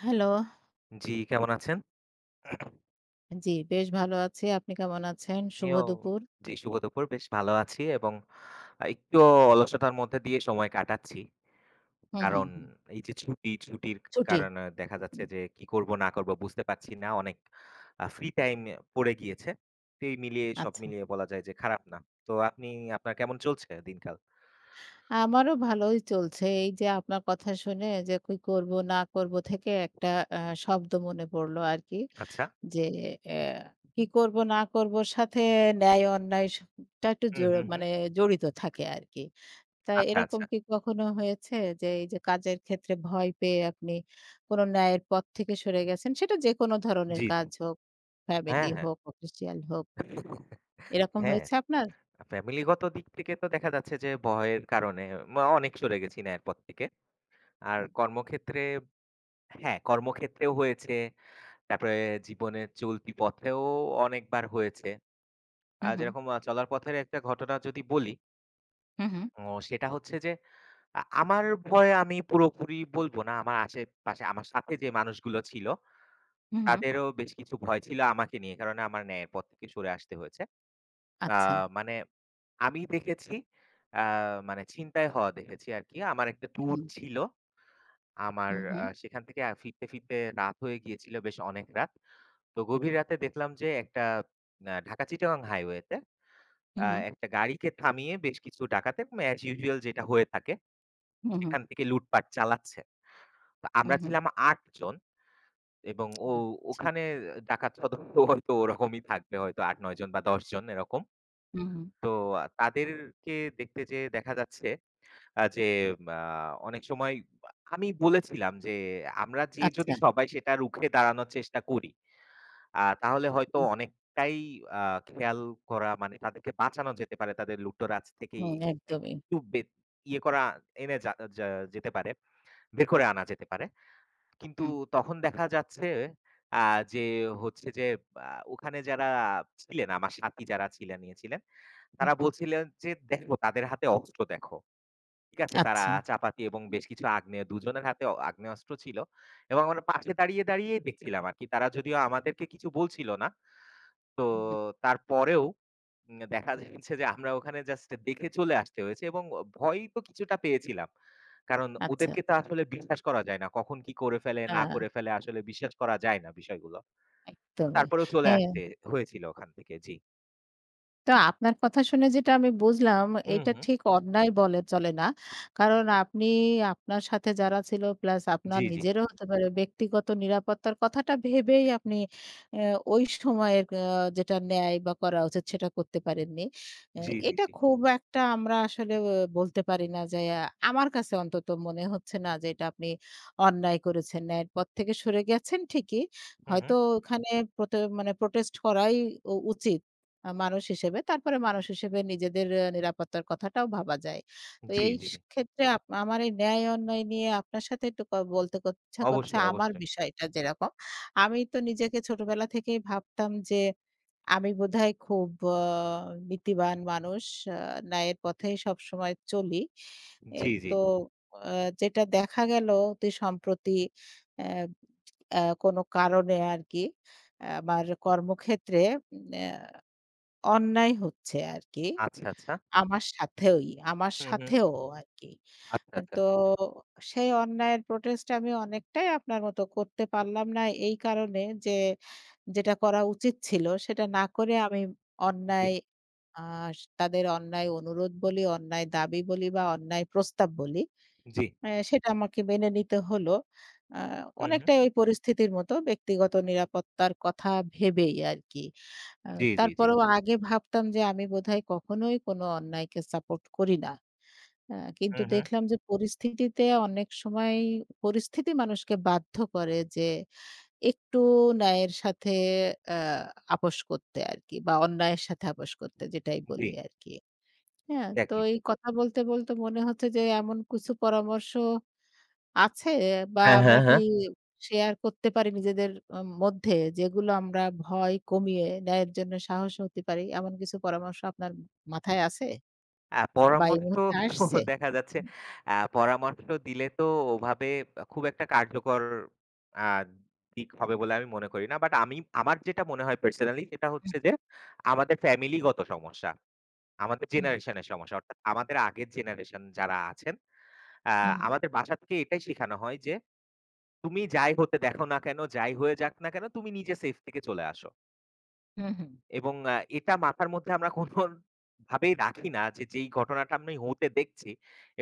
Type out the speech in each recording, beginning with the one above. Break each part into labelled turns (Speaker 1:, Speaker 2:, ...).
Speaker 1: Hello.
Speaker 2: জি, কেমন আছেন?
Speaker 1: জি, বেশ ভালো আছি। আপনি কেমন আছেন? শুভ
Speaker 2: আমিও
Speaker 1: দুপুর।
Speaker 2: জি, শুভ দুপুর। বেশ ভালো আছি এবং একটু অলসতার মধ্যে দিয়ে সময় কাটাচ্ছি।
Speaker 1: হুম, হুম,
Speaker 2: কারণ
Speaker 1: হুম।
Speaker 2: এই যে ছুটি, ছুটির
Speaker 1: ছুটি।
Speaker 2: কারণে দেখা
Speaker 1: হুম,
Speaker 2: যাচ্ছে যে কি করব না করব বুঝতে পারছি না। অনেক ফ্রি টাইম পড়ে গিয়েছে। তো এই মিলিয়ে সব
Speaker 1: আচ্ছা।
Speaker 2: মিলিয়ে বলা যায় যে খারাপ না। তো আপনি আপনার কেমন চলছে দিনকাল?
Speaker 1: আমারও ভালোই চলছে। এই যে আপনার কথা শুনে যে কি করব না করব থেকে একটা আ শব্দ মনে পড়ল আরকি।
Speaker 2: আচ্ছা।
Speaker 1: যে অ্যা কি করব না করব সাথে ন্যায় অন্যায় টা একটু
Speaker 2: হুম, হুম, হুম।
Speaker 1: মানে জড়িত থাকে আরকি। তা
Speaker 2: আচ্ছা,
Speaker 1: এরকম
Speaker 2: আচ্ছা।
Speaker 1: কি কখনো হয়েছে যে এই যে কাজের ক্ষেত্রে ভয় পেয়ে আপনি কোনো ন্যায়ের পথ থেকে সরে গেছেন? সেটা যেকোনো ধরনের
Speaker 2: জি, জি।
Speaker 1: কাজ হোক,
Speaker 2: হ্যাঁ,
Speaker 1: ফ্যামিলি
Speaker 2: হ্যাঁ।
Speaker 1: হোক, অফিসিয়াল হোক। এরকম
Speaker 2: হ্যাঁ,
Speaker 1: হয়েছে আপনার?
Speaker 2: ফ্যামিলিগত দিক থেকে তো দেখা যাচ্ছে যে ভয়ের কারণে অনেক সরে গেছি ন্যায়ের পথ থেকে। আর কর্মক্ষেত্রে হ্যাঁ, কর্মক্ষেত্রেও হয়েছে। তারপরে জীবনের চলতি পথেও অনেকবার হয়েছে।
Speaker 1: হু, হু,
Speaker 2: যেরকম চলার পথের একটা ঘটনা যদি বলি,
Speaker 1: হু, হু,
Speaker 2: অ সেটা হচ্ছে যে আমার ভয়ে আমি পুরোপুরি বলব না। আমার আশেপাশে আমার সাথে যে মানুষগুলো ছিল,
Speaker 1: হু, হু।
Speaker 2: তাদেরও বেশ কিছু ভয় ছিল আমাকে নিয়ে। কারণ আমার ন্যায়ের পথ থেকে সরে আসতে হয়েছে। আ
Speaker 1: আচ্ছা।
Speaker 2: মানে আমি দেখেছি আ মানে ছিনতাই হওয়া দেখেছি আরকি। আমার একটা ট্যুর
Speaker 1: হুম,
Speaker 2: ছিল। আমার
Speaker 1: হুম, হুম,
Speaker 2: সেখান থেকে ফিরতে রাত হয়ে গিয়েছিল বেশ অনেক রাত। তো গভীর রাতে দেখলাম যে একটা ঢাকা-চিটাগং হাইওয়েতে
Speaker 1: হুম, হুম,
Speaker 2: একটা গাড়িকে থামিয়ে বেশ কিছু ডাকাতের as usual যেটা হয়ে থাকে
Speaker 1: হুম,
Speaker 2: সেখান থেকে লুটপাট চালাচ্ছে। তো
Speaker 1: হুম,
Speaker 2: আমরা
Speaker 1: হুম,
Speaker 2: ছিলাম ৮ জন এবং
Speaker 1: হুম। আচ্ছা।
Speaker 2: ওখানে ডাকাত সদস্য হয়তো ওরকমই থাকবে হয়তো ৮-৯ জন বা ১০ জন এরকম।
Speaker 1: হুম, হুম।
Speaker 2: তো তাদেরকে দেখতে যেয়ে দেখা যাচ্ছে আ যে আ অনেক সময় আমি বলেছিলাম যে, আমরা যেয়ে
Speaker 1: আচ্ছা।
Speaker 2: যদি সবাই সেটা রুখে দাঁড়ানোর চেষ্টা করি, তাহলে
Speaker 1: হুম,
Speaker 2: হয়তো
Speaker 1: হুম।
Speaker 2: অনেকটাই আ খেয়াল করা মানে তাদেরকে বাঁচানো যেতে পারে। তাদের লুটোরাজ থেকে
Speaker 1: হুম, একদমই।
Speaker 2: একটু বে ইয়ে করা এনে যা যা যেতে পারে, বের করে আনা যেতে পারে। কিন্তু
Speaker 1: হুম,
Speaker 2: তখন দেখা যাচ্ছে আ যে হচ্ছে যে আ ওখানে যারা ছিলেন, আমার সাথী যারা ছিলেন, ইয়ে ছিলেন,
Speaker 1: হুম,
Speaker 2: তারা
Speaker 1: হুম।
Speaker 2: বলছিলেন যে, "দেখো তাদের হাতে অস্ত্র দেখো।" ঠিক আছে? তারা
Speaker 1: আচ্ছা।
Speaker 2: চাপাতি এবং বেশ কিছু ২ জনের হাতে আগ্নেয়াস্ত্র ছিল এবং আমরা পাশে দাঁড়িয়েই দেখছিলাম আরকি। তারা যদিও আমাদেরকে কিছু বলছিল না। তো
Speaker 1: হুম, হুম।
Speaker 2: তারপরেও দেখা যাচ্ছে যে আমরা ওখানে জাস্ট দেখে চলে আসতে হয়েছে এবং ভয় তো কিছুটা পেয়েছিলাম। কারণ
Speaker 1: আচ্ছা,
Speaker 2: ওদেরকে তো
Speaker 1: আচ্ছা।
Speaker 2: আসলে বিশ্বাস করা যায় না। কখন কি করে ফেলে, না
Speaker 1: না,
Speaker 2: করে ফেলে আসলে বিশ্বাস করা যায় না বিষয়গুলো।
Speaker 1: একদমই।
Speaker 2: তারপরেও চলে
Speaker 1: হ্যাঁ।
Speaker 2: আসতে হয়েছিল ওখান থেকে। জি।
Speaker 1: তো আপনার কথা শুনে যেটা আমি বুঝলাম,
Speaker 2: হুম,
Speaker 1: এটা
Speaker 2: হুম।
Speaker 1: ঠিক অন্যায় বলে চলে না। কারণ আপনি আপনার সাথে যারা ছিল প্লাস আপনার
Speaker 2: জি, জি।
Speaker 1: নিজেরও হতে পারে ব্যক্তিগত নিরাপত্তার কথাটা ভেবেই আপনি অ্যা ওই সময়ের যেটা ন্যায় বা করা উচিত সেটা করতে পারেননি। অ্যা
Speaker 2: জি, জি,
Speaker 1: এটা
Speaker 2: জি।
Speaker 1: খুব একটা আমরা আসলে বলতে পারি না যে আহ, আমার কাছে অন্তত মনে হচ্ছে না যে এটা আপনি অন্যায় করেছেন। ন্যায়ের পথ থেকে সরে গেছেন ঠিকই।
Speaker 2: হুম, হুম।
Speaker 1: হয়তো ওখানে মানে প্রোটেস্ট করাই উচিত। আ মানুষ হিসেবে। তারপরে মানুষ হিসেবে নিজেদের নিরাপত্তার কথাটাও ভাবা যায়। তো
Speaker 2: জি,
Speaker 1: এই
Speaker 2: জি, জি।
Speaker 1: ক্ষেত্রে আমার এই ন্যায় অন্যায় নিয়ে আপনার সাথে একটু বলতে ইচ্ছা করছে
Speaker 2: অবশ্যই,
Speaker 1: আমার
Speaker 2: অবশ্যই।
Speaker 1: বিষয়টা যেরকম। আমি তো নিজেকে ছোটবেলা থেকেই ভাবতাম যে আমি বোধহয় খুব আ নীতিবান মানুষ। আ ন্যায়ের পথেই সবসময় চলি। এ
Speaker 2: জি, জি।
Speaker 1: তো আ যেটা দেখা গেল অতি সম্প্রতি অ্যা আ কোনো কারণে আরকি আমার কর্মক্ষেত্রে উম অ্যা অন্যায় হচ্ছে আরকি।
Speaker 2: আচ্ছা, আচ্ছা।
Speaker 1: আমার সাথেওই, আমার
Speaker 2: হুম, হুম।
Speaker 1: সাথেও আরকি।
Speaker 2: আচ্ছা, আচ্ছা।
Speaker 1: তো সেই অন্যায়ের প্রোটেস্ট আমি অনেকটাই আপনার মতো করতে পারলাম না এই কারণে যে, যেটা করা উচিত ছিল সেটা না করে আমি
Speaker 2: জি,
Speaker 1: অন্যায় আ তাদের অন্যায় অনুরোধ বলি, অন্যায় দাবি বলি বা অন্যায় প্রস্তাব বলি,
Speaker 2: জি।
Speaker 1: সেটা আমাকে মেনে নিতে হলো। আ
Speaker 2: হুম, হুম।
Speaker 1: অনেকটাই ওই পরিস্থিতির মতো ব্যক্তিগত নিরাপত্তার কথা ভেবেই আরকি। আ
Speaker 2: জি, জি, জি।
Speaker 1: তারপরেও আগে ভাবতাম যে আমি বোধহয় কখনোই কোনো অন্যায়কে সাপোর্ট করি না। আ কিন্তু
Speaker 2: হুম, হুম।
Speaker 1: দেখলাম যে পরিস্থিতিতে অনেক সময় পরিস্থিতি মানুষকে বাধ্য করে যে একটু ন্যায়ের সাথে আ আপোস করতে আরকি বা অন্যায়ের সাথে আপোস করতে যেটাই
Speaker 2: জি,
Speaker 1: বলি আরকি। হ্যাঁ? তো
Speaker 2: এক্সাক্টলি।
Speaker 1: এই কথা বলতে মনে হচ্ছে যে এমন কিছু পরামর্শ আছে বা
Speaker 2: হ্যাঁ,
Speaker 1: আমরা
Speaker 2: হ্যাঁ,
Speaker 1: কি
Speaker 2: হ্যাঁ।
Speaker 1: শেয়ার করতে পারি নিজেদের মধ্যে যেগুলো আমরা ভয় কমিয়ে ন্যায়ের জন্য সাহসী হতে পারি? এমন কিছু পরামর্শ আপনার মাথায় আছে বা এই
Speaker 2: পরামর্শ
Speaker 1: মুহূর্তে আসছে?
Speaker 2: দেখা যাচ্ছে
Speaker 1: হুম,
Speaker 2: পরামর্শ দিলে তো ওভাবে খুব একটা কার্যকর আ দিক হবে বলে আমি মনে করি না। বাট আমার যেটা মনে হয় পার্সোনালি সেটা
Speaker 1: হুম,
Speaker 2: হচ্ছে যে আমাদের ফ্যামিলিগত সমস্যা। আমাদের
Speaker 1: হুম,
Speaker 2: জেনারেশনের সমস্যা। অর্থাৎ আমাদের আগের জেনারেশন যারা আছেন আ আমাদের বাসা থেকে এটাই শেখানো হয় যে তুমি যাই হতে দেখো না কেন, যাই হয়ে যাক না কেন, তুমি নিজে সেফ থেকে চলে আসো।
Speaker 1: হুম, হুম,
Speaker 2: এবং এটা মাথার মধ্যে আমরা কোনভাবেই রাখি না যে, যেই ঘটনাটা আমি হতে দেখছি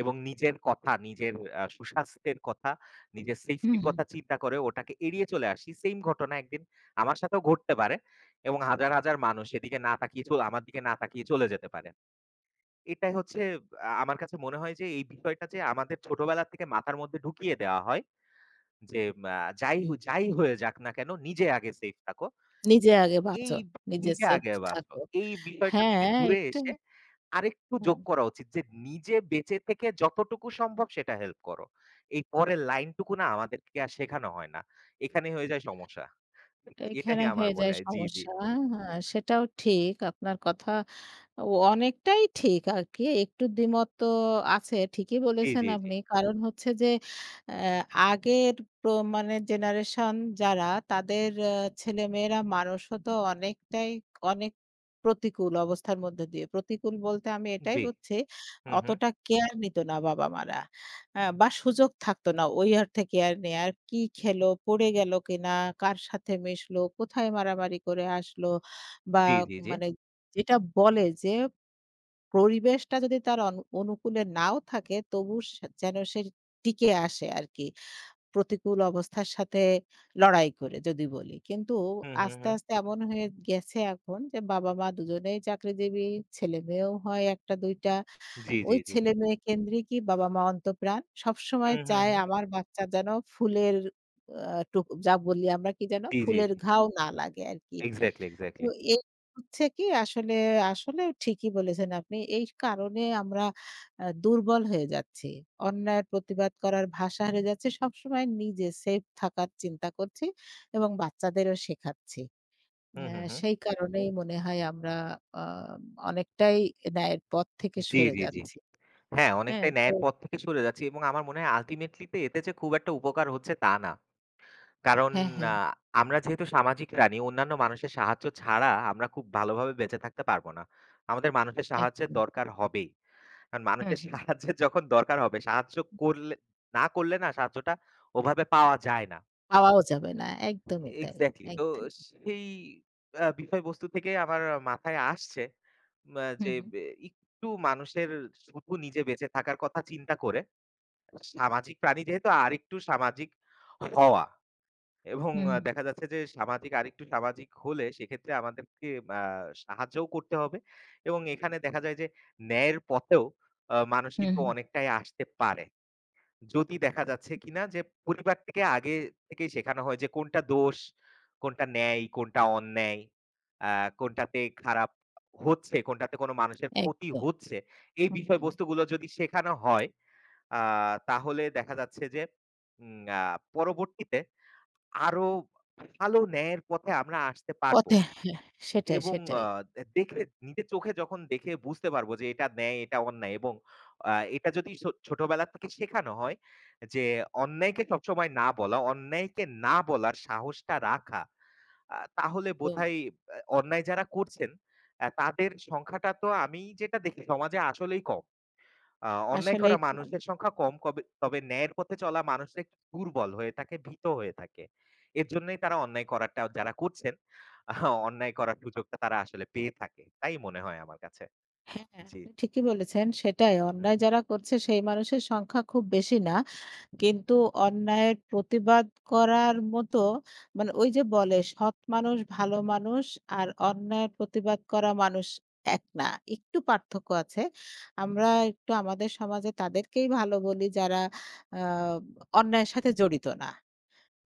Speaker 2: এবং নিজের কথা, নিজের সুস্বাস্থ্যের কথা, নিজের
Speaker 1: হুম,
Speaker 2: সেফটির
Speaker 1: হুম।
Speaker 2: কথা চিন্তা করে ওটাকে এড়িয়ে চলে আসি। সেইম ঘটনা একদিন আমার সাথেও ঘটতে পারে এবং হাজার হাজার মানুষ এদিকে না তাকিয়ে চলে আমার দিকে না তাকিয়ে চলে যেতে পারে। এটাই হচ্ছে আমার কাছে মনে হয় যে, এই বিষয়টা যে আমাদের ছোটবেলা থেকে মাথার মধ্যে ঢুকিয়ে দেওয়া হয় যে আ যাই হয়ে যাক না কেন নিজে আগে সেফ থাকো।
Speaker 1: নিজে আগে
Speaker 2: এই
Speaker 1: বাঁচো, নিজে
Speaker 2: নিজে
Speaker 1: সেফ
Speaker 2: আগে বাঁচো।
Speaker 1: থাকো।
Speaker 2: এই বিষয়টা থেকে
Speaker 1: হ্যাঁ,
Speaker 2: দূরে
Speaker 1: এটা
Speaker 2: এসে আরেকটু
Speaker 1: হুম।
Speaker 2: যোগ করা উচিত যে নিজে বেঁচে থেকে যতটুকু সম্ভব সেটা হেল্প করো। এই পরের লাইনটুকু না আমাদেরকে আর শেখানো হয় না। এখানেই হয়ে যায় সমস্যা। এটাই
Speaker 1: এখানে
Speaker 2: আমার
Speaker 1: হয়ে
Speaker 2: মনে
Speaker 1: যায়
Speaker 2: হয়। জি, জি।
Speaker 1: সমস্যা। হ্যাঁ, সেটাও ঠিক। আপনার কথা ও অনেকটাই ঠিক আরকি। একটু দ্বিমত তো আছে। ঠিকই
Speaker 2: জি,
Speaker 1: বলেছেন
Speaker 2: জি, জি।
Speaker 1: আপনি। কারণ হচ্ছে যে অ্যা আগের প্র মানে জেনারেশন যারা তাদের ছেলেমেয়েরা মানুষ হতো অনেকটাই অনেক প্রতিকূল অবস্থার মধ্যে দিয়ে। প্রতিকূল বলতে আমি এটাই
Speaker 2: জি।
Speaker 1: বুঝছি,
Speaker 2: হুম, হুম।
Speaker 1: অতটা কেয়ার নিত না বাবা-মারা। বা সুযোগ থাকতো না ওই অর্থে কেয়ার নেয়ার। কি খেলো? পড়ে গেল কিনা? কার সাথে মিশলো? কোথায় মারামারি করে আসলো? বা
Speaker 2: জি, জি, জি।
Speaker 1: মানে যেটা বলে যে পরিবেশটা যদি তার অনুকূলে নাও থাকে তবু সে যেন টিকে আসে আরকি। প্রতিকূল অবস্থার সাথে লড়াই করে যদি বলি। কিন্তু
Speaker 2: হুম, হুম,
Speaker 1: আস্তে,
Speaker 2: হুম।
Speaker 1: আস্তে এমন হয়ে গেছে এখন যে বাবা-মা দুজনেই চাকরিজীবী, ছেলেমেয়েও হয় ১ টা ২ টা।
Speaker 2: জি,
Speaker 1: ওই
Speaker 2: জি, জি।
Speaker 1: ছেলেমেয়ে কেন্দ্রিকই বাবা-মা অন্তঃপ্রাণ। সবসময়
Speaker 2: হুম, হুম,
Speaker 1: চায়
Speaker 2: হুম।
Speaker 1: আমার বাচ্চা যেন ফুলের আ টুক যা বলি আমরা কি যেন?
Speaker 2: জি, জি,
Speaker 1: ফুলের
Speaker 2: জি।
Speaker 1: ঘাও না লাগে আরকি।
Speaker 2: এক্সাক্টলি,
Speaker 1: তো
Speaker 2: এক্সাক্টলি।
Speaker 1: এই হচ্ছে কি আসলে, আসলে ঠিকই বলেছেন আপনি। এই কারণে আমরা দুর্বল হয়ে যাচ্ছি। অন্যায়ের প্রতিবাদ করার ভাষা হারিয়ে যাচ্ছে। সবসময় নিজে সেফ থাকার চিন্তা করছি এবং বাচ্চাদেরও শেখাচ্ছি।
Speaker 2: হুম,
Speaker 1: আ
Speaker 2: হুম, হুম।
Speaker 1: সেই কারণেই মনে হয় আমরা আ অনেকটাই ন্যায়ের পথ থেকে
Speaker 2: জি,
Speaker 1: সরে
Speaker 2: জি, জি।
Speaker 1: যাচ্ছি।
Speaker 2: হ্যাঁ,
Speaker 1: হ্যাঁ,
Speaker 2: অনেকটাই
Speaker 1: তো
Speaker 2: ন্যায়ের পথ থেকে সরে যাচ্ছি এবং আমার মনে হয় আল্টিমেটলি তে এতে যে খুব একটা উপকার হচ্ছে তা না। কারণ
Speaker 1: হ্যাঁ, হ্যাঁ,
Speaker 2: আ আমরা যেহেতু সামাজিক প্রাণী, অন্যান্য মানুষের সাহায্য ছাড়া আমরা খুব ভালোভাবে বেঁচে থাকতে পারব না। আমাদের মানুষের সাহায্যের
Speaker 1: একদম।
Speaker 2: দরকার হবেই। কারণ
Speaker 1: হুম,
Speaker 2: মানুষের
Speaker 1: হুম।
Speaker 2: সাহায্যের যখন দরকার হবে, সাহায্য করলে না করলে সাহায্যটা ওভাবে পাওয়া যায় না।
Speaker 1: পাওয়াও যাবে না। একদমই তাই।
Speaker 2: এক্সাক্টলি। তো
Speaker 1: একদম।
Speaker 2: সেই বিষয়বস্তু থেকে আমার মাথায় আসছে
Speaker 1: হুম, হুম।
Speaker 2: একটু মানুষের শুধু নিজে বেঁচে থাকার কথা চিন্তা করে সামাজিক প্রাণী যেহেতু আরেকটু সামাজিক হওয়া এবং
Speaker 1: হুম, হুম।
Speaker 2: দেখা যাচ্ছে যে আরেকটু সামাজিক হলে সেক্ষেত্রে আমাদেরকে আ সাহায্যও করতে হবে এবং এখানে দেখা যায় যে ন্যায়ের পথেও মানুষ
Speaker 1: হুম,
Speaker 2: কিন্তু
Speaker 1: হুম।
Speaker 2: অনেকটাই আসতে পারে। যদি দেখা যাচ্ছে কিনা যে পরিবার থেকে আগে থেকেই শেখানো হয় যে কোনটা দোষ, কোনটা ন্যায়, কোনটা অন্যায়, আ কোনটাতে খারাপ হচ্ছে, কোনটাতে কোনো মানুষের ক্ষতি
Speaker 1: একদম।
Speaker 2: হচ্ছে। এই
Speaker 1: হুম, হুম।
Speaker 2: বিষয়বস্তুগুলো যদি শেখানো হয় আ তাহলে দেখা যাচ্ছে যে উম আ পরবর্তীতে আরো ভালো ন্যায়ের পথে আমরা আসতে পারবো
Speaker 1: পথে হ্যাঁ, সেটাই,
Speaker 2: এবং
Speaker 1: সেটাই।
Speaker 2: দেখে নিজের চোখে যখন দেখে বুঝতে পারবো যে এটা ন্যায়, এটা অন্যায় এবং আ এটা যদি ছোটবেলা থেকে শেখানো হয় যে অন্যায়কে সবসময় না বলা, অন্যায়কে না বলার সাহসটা রাখা, তাহলে
Speaker 1: তো
Speaker 2: বোধহয় আহ, অন্যায় যারা করছেন তাদের সংখ্যাটা তো আমি যেটা দেখি সমাজে আসলেই কম। আ অন্যায়
Speaker 1: আসলেই
Speaker 2: করা মানুষের সংখ্যা কম কবে তবে ন্যায়ের পথে চলা মানুষরা একটু দুর্বল হয়ে থাকে, ভীত হয়ে থাকে। এর জন্যই তারা অন্যায় করাটা যারা করছেন, আ অন্যায় করার সুযোগটা তারা আসলে পেয়ে থাকে। তাই মনে হয় আমার কাছে।
Speaker 1: হ্যাঁ,
Speaker 2: জি।
Speaker 1: আপনি ঠিকই বলেছেন। সেটাই
Speaker 2: হুম,
Speaker 1: অন্যায়
Speaker 2: হুম।
Speaker 1: যারা করছে সেই মানুষের সংখ্যা খুব বেশি না। কিন্তু অন্যায়ের প্রতিবাদ করার মতো মানে ওই যে বলে সৎ মানুষ, ভালো মানুষ আর অন্যায়ের প্রতিবাদ করা মানুষ এক না। একটু পার্থক্য আছে। আমরা একটু আমাদের সমাজে তাদেরকেই ভালো বলি যারা আ অন্যায়ের সাথে জড়িত না।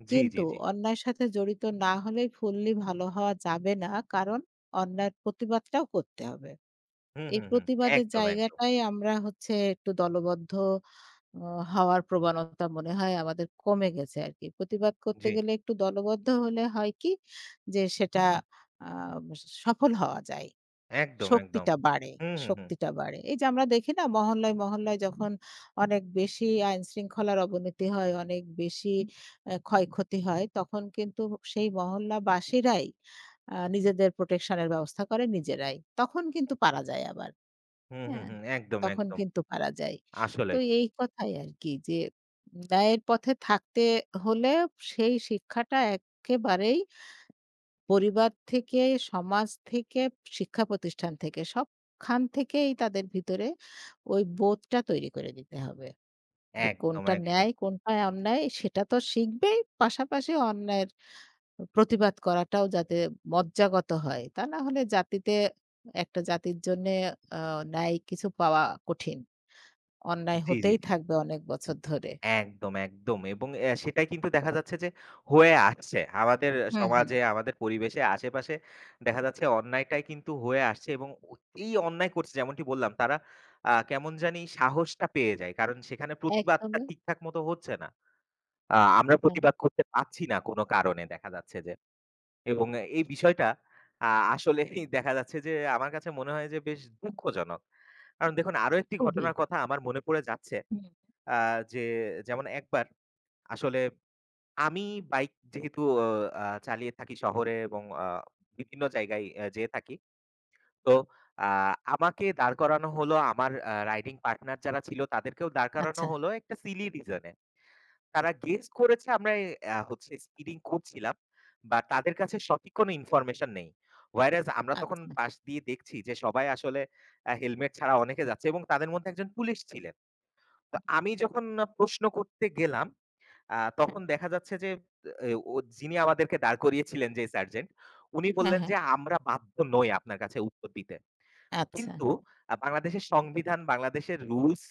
Speaker 2: জি,
Speaker 1: কিন্তু
Speaker 2: জি, জি।
Speaker 1: অন্যায়ের সাথে জড়িত না হলেই ফুললি ভালো হওয়া যাবে না। কারণ অন্যায়ের প্রতিবাদটাও করতে হবে।
Speaker 2: হুম,
Speaker 1: এই
Speaker 2: হুম, হুম।
Speaker 1: প্রতিবাদের
Speaker 2: একদম, একদম।
Speaker 1: জায়গাটাই আমরা হচ্ছে একটু দলবদ্ধ অ হওয়ার প্রবণতা মনে হয় আমাদের কমে গেছে আরকি। প্রতিবাদ করতে
Speaker 2: জি।
Speaker 1: গেলে একটু দলবদ্ধ হলে হয় কি যে সেটা আ সফল হওয়া যায়।
Speaker 2: একদম, একদম।
Speaker 1: শক্তিটা বাড়ে,
Speaker 2: হুম, হুম, হুম।
Speaker 1: শক্তিটা বাড়ে। এই যে আমরা দেখি না মহল্লায়, মহল্লায় যখন অনেক বেশি আইনশৃঙ্খলার অবনতি হয়, অনেক বেশি ক্ষয়ক্ষতি হয় তখন কিন্তু সেই মহল্লাবাসীরাই নিজেদের প্রোটেকশন এর ব্যবস্থা করে নিজেরাই। তখন কিন্তু পারা যায় আবার।
Speaker 2: হুম, হুম,
Speaker 1: হ্যাঁ?
Speaker 2: হুম। একদম,
Speaker 1: তখন
Speaker 2: একদম।
Speaker 1: কিন্তু পারা যায়। তো
Speaker 2: আসলেই।
Speaker 1: এই কথাই আরকি যে ন্যায়ের পথে থাকতে হলে সেই শিক্ষাটা একেবারেই পরিবার থেকে, সমাজ থেকে, শিক্ষা প্রতিষ্ঠান থেকে সবখান থেকেই তাদের ভিতরে ওই বোধটা তৈরি করে দিতে হবে। যে
Speaker 2: একদম,
Speaker 1: কোনটা
Speaker 2: একদম।
Speaker 1: ন্যায়, কোনটা অন্যায় সেটা তো শিখবেই। পাশাপাশি অন্যায়ের প্রতিবাদ করাটাও যাতে মজ্জাগত হয়। তা না হলে জাতিতে একটা জাতির জন্যে আ ন্যায় কিছু পাওয়া কঠিন। অন্যায়
Speaker 2: জি, জি।
Speaker 1: হতেই থাকবে অনেক বছর ধরে।
Speaker 2: একদম, একদম। এবং সেটাই কিন্তু দেখা যাচ্ছে যে হয়ে আসছে। আমাদের
Speaker 1: হুম, হুম।
Speaker 2: সমাজে, আমাদের পরিবেশে, আশেপাশে দেখা যাচ্ছে অন্যায়টাই কিন্তু হয়ে আসছে এবং এই অন্যায় করছে যেমনটি বললাম তারা কেমন জানি সাহসটা পেয়ে যায়। কারণ সেখানে প্রতিবাদটা
Speaker 1: একদমই
Speaker 2: ঠিকঠাক মতো হচ্ছে না। আমরা
Speaker 1: না,
Speaker 2: প্রতিবাদ করতে পারছি না কোনো কারণে দেখা যাচ্ছে যে। এবং এই বিষয়টা আ আসলেই দেখা যাচ্ছে যে আমার কাছে মনে হয় যে বেশ দুঃখজনক। কারণ দেখুন আরো একটি
Speaker 1: খুবই।
Speaker 2: ঘটনার কথা আমার মনে পড়ে যাচ্ছে।
Speaker 1: হুম।
Speaker 2: আ যে যেমন একবার আসলে আমি বাইক যেহেতু চালিয়ে থাকি শহরে এবং বিভিন্ন জায়গায় যেয়ে থাকি। তো আ আমাকে দাঁড় করানো হলো আমার রাইডিং পার্টনার যারা ছিল তাদেরকেও দাঁড় করানো
Speaker 1: আচ্ছা,
Speaker 2: হলো একটা সিলি রিজন এ। তারা গেস করেছে আমরা হচ্ছে স্পিডিং করছিলাম। বাট তাদের কাছে সঠিক কোনো ইনফরমেশন নেই। whereas আমরা তখন
Speaker 1: আচ্ছা।
Speaker 2: পাশ দিয়ে দেখছি যে সবাই আসলে হেলমেট ছাড়া অনেকে যাচ্ছে এবং তাদের মধ্যে একজন পুলিশ ছিলেন। তো আমি যখন প্রশ্ন করতে গেলাম আ তখন দেখা যাচ্ছে যে এ যিনি আমাদেরকে দাঁড় করিয়েছিলেন যে সার্জেন্ট, উনি
Speaker 1: হ্যাঁ,
Speaker 2: বললেন
Speaker 1: হ্যাঁ।
Speaker 2: যে, "আমরা বাধ্য নই আপনার কাছে উত্তর দিতে।"
Speaker 1: আচ্ছা।
Speaker 2: কিন্তু বাংলাদেশের সংবিধান, বাংলাদেশের রুলস,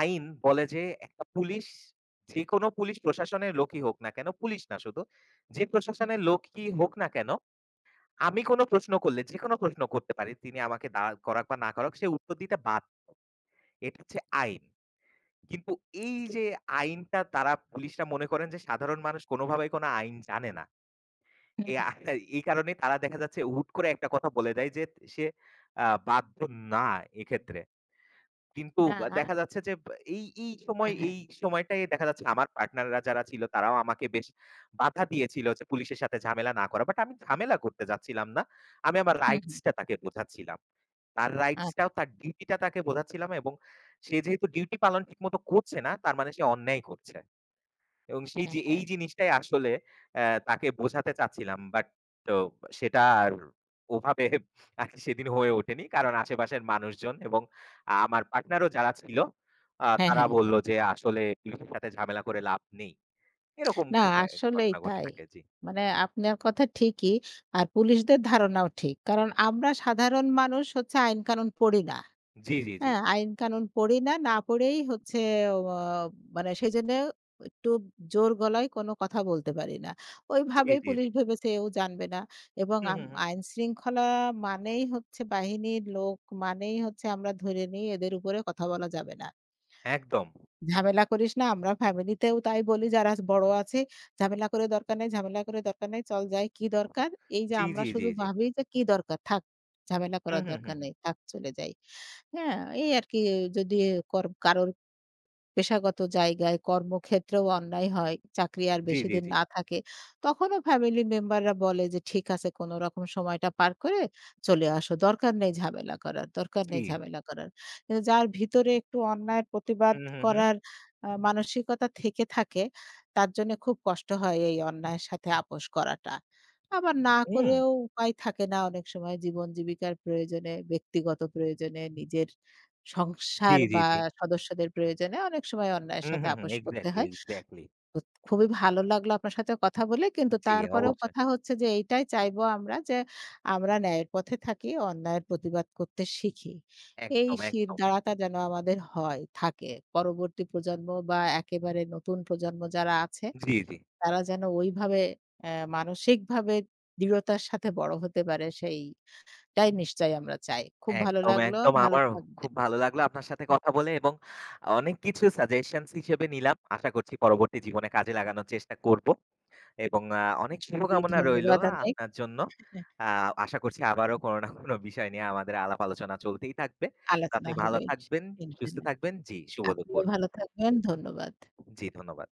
Speaker 2: আইন বলে যে একটা পুলিশ যেকোনো পুলিশ প্রশাসনের লোকই হোক না কেন, পুলিশ না শুধু, যে
Speaker 1: হুম,
Speaker 2: প্রশাসনের লোকই হোক না কেন, আমি কোনো প্রশ্ন করলে, যেকোনো প্রশ্ন করতে পারি। তিনি আমাকে দাঁড় করাক বা না করাক, সে উত্তর দিতে বাধ্য। এটা হচ্ছে আইন। কিন্তু এই
Speaker 1: কি
Speaker 2: যে আইনটা তারা পুলিশরা মনে করেন যে সাধারণ মানুষ কোনোভাবেই কোনো আইন জানে না।
Speaker 1: হুম,
Speaker 2: এ
Speaker 1: হুম।
Speaker 2: আ এই কারণে তারা দেখা যাচ্ছে হুট করে একটা কথা বলে দেয় যে সে বাধ্য না এক্ষেত্রে। কিন্তু
Speaker 1: না,
Speaker 2: দেখা যাচ্ছে যে
Speaker 1: হ্যাঁ, হ্যাঁ।
Speaker 2: এই সময়টাই দেখা যাচ্ছে আমার পার্টনাররা যারা ছিল তারাও আমাকে বেশ বাধা দিয়েছিল যে পুলিশের সাথে ঝামেলা না করা। বাট আমি ঝামেলা করতে যাচ্ছিলাম না। আমি আমার
Speaker 1: হুম, হুম।
Speaker 2: রাইটস টা তাকে বোঝাচ্ছিলাম। তার
Speaker 1: আ
Speaker 2: রাইটস টাও তার ডিউটি টা তাকে বোঝাচ্ছিলাম এবং সে যেহেতু ডিউটি পালন ঠিকমতো করছে না, তার মানে সে অন্যায় করছে। এবং সেই
Speaker 1: হ্যাঁ,
Speaker 2: যে এই
Speaker 1: হ্যাঁ,
Speaker 2: জিনিসটাই আসলে তাকে বোঝাতে চাচ্ছিলাম। বাট তো সেটা আর ওভাবে আরকি সেদিন হয়ে ওঠেনি। কারণ আশেপাশের মানুষজন এবং আমার পার্টনারও যারা ছিল,
Speaker 1: হ্যাঁ,
Speaker 2: তারা
Speaker 1: হ্যাঁ।
Speaker 2: বলল যে, "আসলে পুলিশের সাথে ঝামেলা করে লাভ নেই।" এরকম
Speaker 1: না
Speaker 2: ঘটে
Speaker 1: আসলেই
Speaker 2: ঘটনা ঘটে
Speaker 1: তাই।
Speaker 2: থাকে। জি।
Speaker 1: মানে আপনার কথা ঠিকই। আর পুলিশদের ধারণাও ঠিক। কারণ আমরা সাধারণ মানুষ হচ্ছে আইন কানুন পড়ি না।
Speaker 2: জি, জি, জি।
Speaker 1: হ্যাঁ, আইন-কানুন পড়ি না। না পড়েই হচ্ছে অ মানে সেজন্য একটু জোর গলায় কোনো কথা বলতে পারি না।
Speaker 2: জি,
Speaker 1: ওইভাবেই
Speaker 2: জি,
Speaker 1: পুলিশ
Speaker 2: জি।
Speaker 1: ভেবেছে ও জানবে না। এবং
Speaker 2: হুম, হুম, হুম।
Speaker 1: আইন-শৃঙ্খলা মানেই হচ্ছে বাহিনীর লোক মানেই হচ্ছে আমরা ধরে নিই এদের উপরে কথা বলা যাবে না।
Speaker 2: একদম।
Speaker 1: ঝামেলা করিস না। আমরা ফ্যামিলিতেও তাই বলি যারা বড় আছে, "ঝামেলা করে দরকার নেই, ঝামেলা করে দরকার নেই। চল যাই। কি দরকার?" এই যে
Speaker 2: জি,
Speaker 1: আমরা
Speaker 2: জি,
Speaker 1: শুধু
Speaker 2: জি, জি।
Speaker 1: ভাবি যে কি দরকার? থাক। ঝামেলা
Speaker 2: হুম,
Speaker 1: করার
Speaker 2: হুম, হুম,
Speaker 1: দরকার
Speaker 2: হুম।
Speaker 1: নেই। থাক চলে যাই। হ্যাঁ? এই আরকি যদি কারোর পেশাগত জায়গায়, কর্মক্ষেত্রেও অন্যায় হয়, চাকরি আর
Speaker 2: জি, জি,
Speaker 1: বেশিদিন
Speaker 2: জি।
Speaker 1: না থাকে, তখনও ফ্যামিলি মেম্বাররা বলে যে, "ঠিক আছে, কোনরকম সময়টা পার করে চলে আসো। দরকার নেই ঝামেলা করার, দরকার
Speaker 2: জি।
Speaker 1: নেই ঝামেলা করার।" কিন্তু যার ভিতরে একটু অন্যায়ের প্রতিবাদ
Speaker 2: হুম, হুম, হুম।
Speaker 1: করার মানসিকতা থেকে থাকে, তার জন্যে খুব কষ্ট হয় এই অন্যায়ের সাথে আপোস করাটা। আবার না
Speaker 2: হুম।
Speaker 1: করেও উপায় থাকে না অনেক সময় জীবন জীবিকার প্রয়োজনে, ব্যক্তিগত প্রয়োজনে, নিজের
Speaker 2: জি,
Speaker 1: সংসার
Speaker 2: জি,
Speaker 1: বা
Speaker 2: জি।
Speaker 1: সদস্যদের প্রয়োজনে অনেক সময় অন্যায়ের
Speaker 2: হুম,
Speaker 1: সাথে
Speaker 2: হুম, হুম।
Speaker 1: আপোস করতে
Speaker 2: এক্সাক্টলি,
Speaker 1: হয়।
Speaker 2: এক্সাক্টলি।
Speaker 1: খুবই ভালো লাগলো আপনার সাথে কথা বলে। কিন্তু
Speaker 2: জি,
Speaker 1: তারপরেও
Speaker 2: অবশ্যই।
Speaker 1: কথা হচ্ছে যে এইটাই চাইবো আমরা যে আমরা ন্যায়ের পথে থাকি, অন্যায়ের প্রতিবাদ করতে শিখি। এই
Speaker 2: একদম, একদম।
Speaker 1: শিরদাঁড়াটা যেন আমাদের হয়, থাকে। পরবর্তী প্রজন্ম বা একেবারে নতুন প্রজন্ম যারা আছে
Speaker 2: জি, জি।
Speaker 1: তারা যেন ওইভাবে অ্যা মানসিকভাবে দৃঢ়তার সাথে বড় হতে পারে সেইটাই নিশ্চয়ই আমরা চাই। খুব ভালো
Speaker 2: একদম,
Speaker 1: লাগলো।
Speaker 2: একদম।
Speaker 1: ভালো
Speaker 2: আমারও
Speaker 1: থাকবেন।
Speaker 2: খুব ভালো লাগলো আপনার সাথে কথা বলে এবং অনেক কিছু সাজেশনস হিসেবে নিলাম। আশা করছি পরবর্তী জীবনে কাজে লাগানোর চেষ্টা করব এবং অনেক
Speaker 1: জি,
Speaker 2: শুভকামনা রইলো
Speaker 1: ধন্যবাদ অনেক।
Speaker 2: আপনার জন্য।
Speaker 1: হ্যাঁ,
Speaker 2: আ আশা করছি আবারও কোনো না কোনো বিষয় নিয়ে আমাদের আলাপ আলোচনা চলতেই থাকবে। তো
Speaker 1: আলোচনা
Speaker 2: আপনি ভালো
Speaker 1: হবে
Speaker 2: থাকবেন, সুস্থ
Speaker 1: ইনশাল্লাহ।
Speaker 2: থাকবেন। জি, শুভ
Speaker 1: আপনিও
Speaker 2: দুপুর।
Speaker 1: ভালো থাকবেন। ধন্যবাদ।
Speaker 2: জি, ধন্যবাদ।